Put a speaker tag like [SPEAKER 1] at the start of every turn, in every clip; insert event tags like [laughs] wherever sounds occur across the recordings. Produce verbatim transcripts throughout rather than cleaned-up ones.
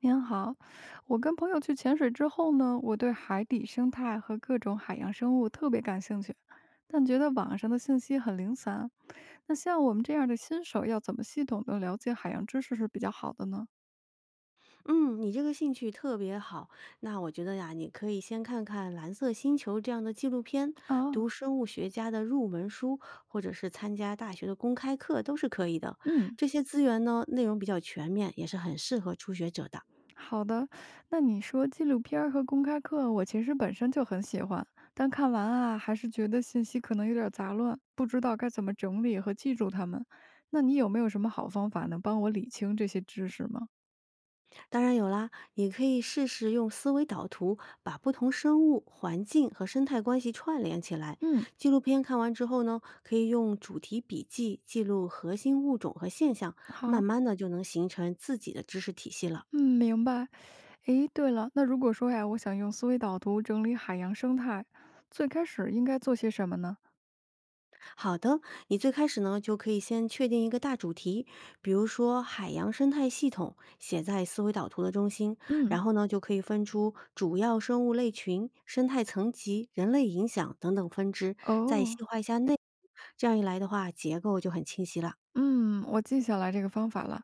[SPEAKER 1] 您好，我跟朋友去潜水之后呢，我对海底生态和各种海洋生物特别感兴趣，但觉得网上的信息很零散。那像我们这样的新手，要怎么系统的了解海洋知识是比较好的呢？
[SPEAKER 2] 嗯，你这个兴趣特别好。那我觉得呀，你可以先看看《蓝色星球》这样的纪录片，
[SPEAKER 1] 啊，
[SPEAKER 2] 读生物学家的入门书，或者是参加大学的公开课都是可以的。
[SPEAKER 1] 嗯，
[SPEAKER 2] 这些资源呢，内容比较全面，也是很适合初学者的。
[SPEAKER 1] 好的，那你说纪录片儿和公开课，我其实本身就很喜欢，但看完啊，还是觉得信息可能有点杂乱，不知道该怎么整理和记住它们。那你有没有什么好方法能帮我理清这些知识吗？
[SPEAKER 2] 当然有啦，也可以试试用思维导图把不同生物、环境和生态关系串联起来。
[SPEAKER 1] 嗯，
[SPEAKER 2] 纪录片看完之后呢，可以用主题笔记记录核心物种和现象，慢
[SPEAKER 1] 好。
[SPEAKER 2] 慢的就能形成自己的知识体系了。
[SPEAKER 1] 嗯，明白。诶，对了，那如果说呀，我想用思维导图整理海洋生态，最开始应该做些什么呢？
[SPEAKER 2] 好的，你最开始呢就可以先确定一个大主题，比如说海洋生态系统写在思维导图的中心，
[SPEAKER 1] 嗯，
[SPEAKER 2] 然后呢就可以分出主要生物类群、生态层级、人类影响等等分支，再细
[SPEAKER 1] 哦，
[SPEAKER 2] 化一下内容。这样一来的话，结构就很清晰了。
[SPEAKER 1] 嗯，我记下来这个方法了。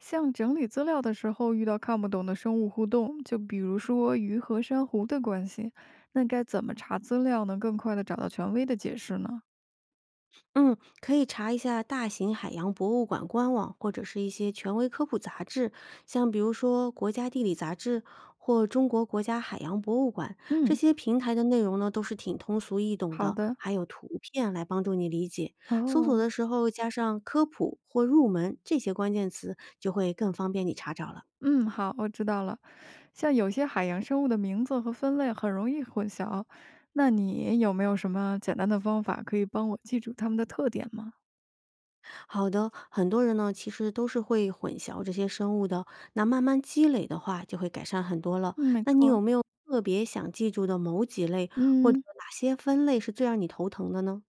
[SPEAKER 1] 像整理资料的时候，遇到看不懂的生物互动，就比如说鱼和珊瑚的关系，那该怎么查资料能更快的找到权威的解释呢？
[SPEAKER 2] 嗯，可以查一下大型海洋博物馆官网，或者是一些权威科普杂志，像比如说《国家地理》杂志或中国国家海洋博物馆这
[SPEAKER 1] 嗯，
[SPEAKER 2] 些平台的内容呢，都是挺通俗易懂
[SPEAKER 1] 好
[SPEAKER 2] 的，
[SPEAKER 1] 的，
[SPEAKER 2] 还有图片来帮助你理解。搜索
[SPEAKER 1] 哦，
[SPEAKER 2] 的时候加上科普或入门这些关键词，就会更方便你查找了。
[SPEAKER 1] 嗯，好，我知道了。像有些海洋生物的名字和分类很容易混淆，那你有没有什么简单的方法可以帮我记住它们的特点吗？
[SPEAKER 2] 好的，很多人呢其实都是会混淆这些生物的，那慢慢积累的话就会改善很多了。
[SPEAKER 1] 嗯，没
[SPEAKER 2] 那你
[SPEAKER 1] 错儿
[SPEAKER 2] 有没有特别想记住的某几类，或者
[SPEAKER 1] 嗯，
[SPEAKER 2] 哪些分类是最让你头疼的呢？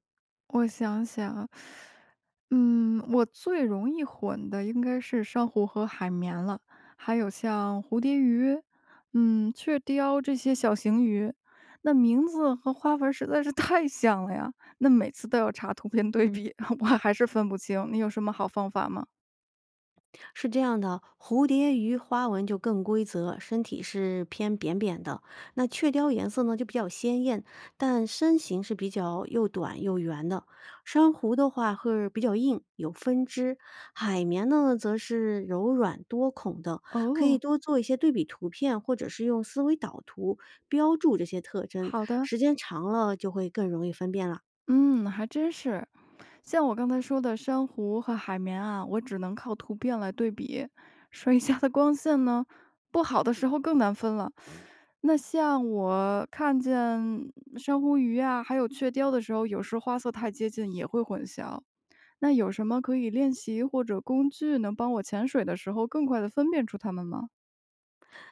[SPEAKER 1] 我想想，嗯，我最容易混的应该是珊瑚和海绵了，还有像蝴蝶鱼，嗯，雀鲷这些小型鱼。那名字和花纹实在是 [laughs] 太像了呀，那每次都要查图片对比，[laughs] 我还是分不清。你有什么好方法吗？
[SPEAKER 2] 是这样的，蝴蝶鱼花纹就更规则，身体是偏扁扁的。那雀鲷颜色呢就比较鲜艳，但身形是比较又短又圆的。珊瑚的话会比较硬，有分支；海绵呢则是柔软多孔的，可以
[SPEAKER 1] 哦，
[SPEAKER 2] 多做一些对比图片，或者是用思维导图标注这些特征，
[SPEAKER 1] 好的。
[SPEAKER 2] 时间长了就会更容易分辨了。
[SPEAKER 1] 嗯，还真是。像我刚才说的珊瑚和海绵啊，我只能靠图片来对比，水下的光线呢，不好的时候更难分了。那像我看见珊瑚鱼啊，还有雀鲷的时候，有时花色太接近也会混淆。那有什么可以练习或者工具能帮我潜水的时候更快的分辨出它们吗？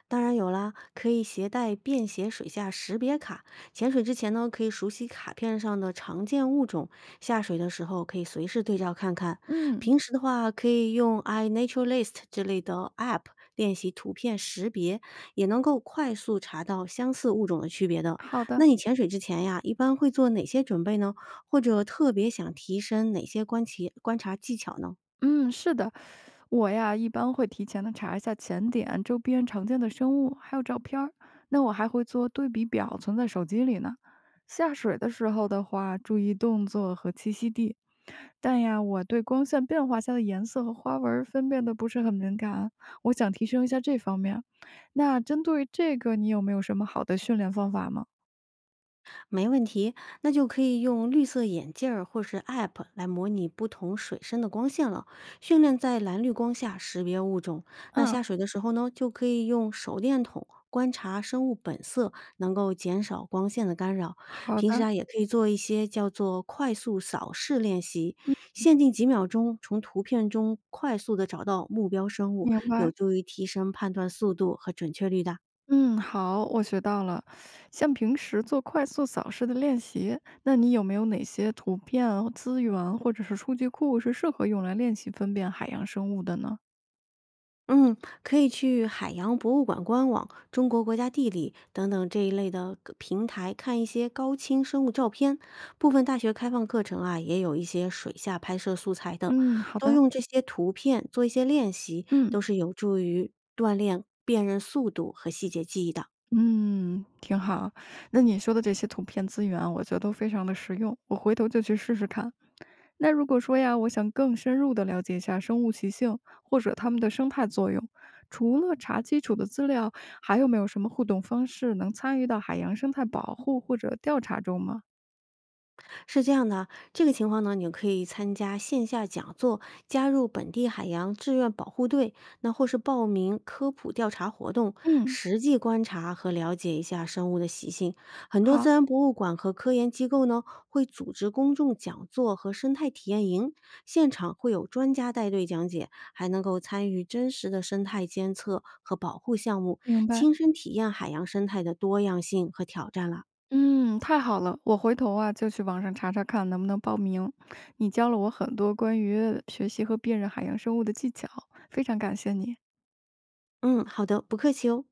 [SPEAKER 2] 当然有啦，可以携带便携水下识别卡。潜水之前呢，可以熟悉卡片上的常见物种，下水的时候可以随时对照看看。
[SPEAKER 1] 嗯，
[SPEAKER 2] 平时的话，可以用 i naturalist 之类的 A P P 练习图片识别，也能够快速查到相似物种的区别的。
[SPEAKER 1] 好的。
[SPEAKER 2] 那你潜水之前呀，一般会做哪些准备呢？或者特别想提升哪些观其观察技巧呢？
[SPEAKER 1] 嗯，是的，我呀一般会提前的查一下潜点、周边常见的生物，还有照片儿。那我还会做对比表，存在手机里呢。下水的时候的话，注意动作和栖息地。但呀，我对光线变化下的颜色和花纹儿分辨的不是很敏感，我想提升一下这方面。那针对这个，你有没有什么好的训练方法吗？
[SPEAKER 2] 没问题，那就可以用绿色眼镜儿或是 App 来模拟不同水深的光线了，训练在蓝绿光下识别物种。那
[SPEAKER 1] 嗯，
[SPEAKER 2] 下水的时候呢，就可以用手电筒观察生物本色，能够减少光线的干扰。
[SPEAKER 1] 好
[SPEAKER 2] 平时
[SPEAKER 1] 的，
[SPEAKER 2] 啊，也可以做一些叫做快速扫视练习，
[SPEAKER 1] 嗯，
[SPEAKER 2] 限定几秒钟，从图片中快速的找到目标生物，
[SPEAKER 1] 明
[SPEAKER 2] 有
[SPEAKER 1] 白。
[SPEAKER 2] 助于提升判断速度和准确率的。
[SPEAKER 1] 嗯，好，我学到了。像平时做快速扫视的练习，那你有没有哪些图片资源或者是数据库是适合用来练习分辨海洋生物的呢？
[SPEAKER 2] 嗯，可以去海洋博物馆官网、中国国家地理等等这一类的个平台看一些高清生物照片。部分大学开放课程啊，也有一些水下拍摄素材的，
[SPEAKER 1] 嗯，好
[SPEAKER 2] 多
[SPEAKER 1] 的，
[SPEAKER 2] 用这些图片做一些练习，
[SPEAKER 1] 嗯。
[SPEAKER 2] 都是有助于锻炼辨认速度和细节记忆的。
[SPEAKER 1] 嗯，挺好。那你说的这些图片资源啊，我觉得都非常的实用，我回头就去试试看。那如果说呀，我想更深入的了解一下生物习性或者它们的生态作用，除了查基础的资料，还有没有什么互动方式能参与到海洋生态保护或者调查中吗？
[SPEAKER 2] 是这样的，这个情况呢，你可以参加线下讲座，加入本地海洋志愿保护队，那或是报名科普调查活动，
[SPEAKER 1] 嗯，
[SPEAKER 2] 实际观察和了解一下生物的习性。很多自
[SPEAKER 1] 好，
[SPEAKER 2] 然博物馆和科研机构呢，会组织公众讲座和生态体验营，现场会有专家带队讲解，还能够参与真实的生态监测和保护项目，
[SPEAKER 1] 明白。
[SPEAKER 2] 亲身体验海洋生态的多样性和挑战了。
[SPEAKER 1] 嗯，太好了，我回头啊就去网上查查看能不能报名。你教了我很多关于学习和辨认海洋生物的技巧，非常感谢你。
[SPEAKER 2] 嗯，好的，不客气哦。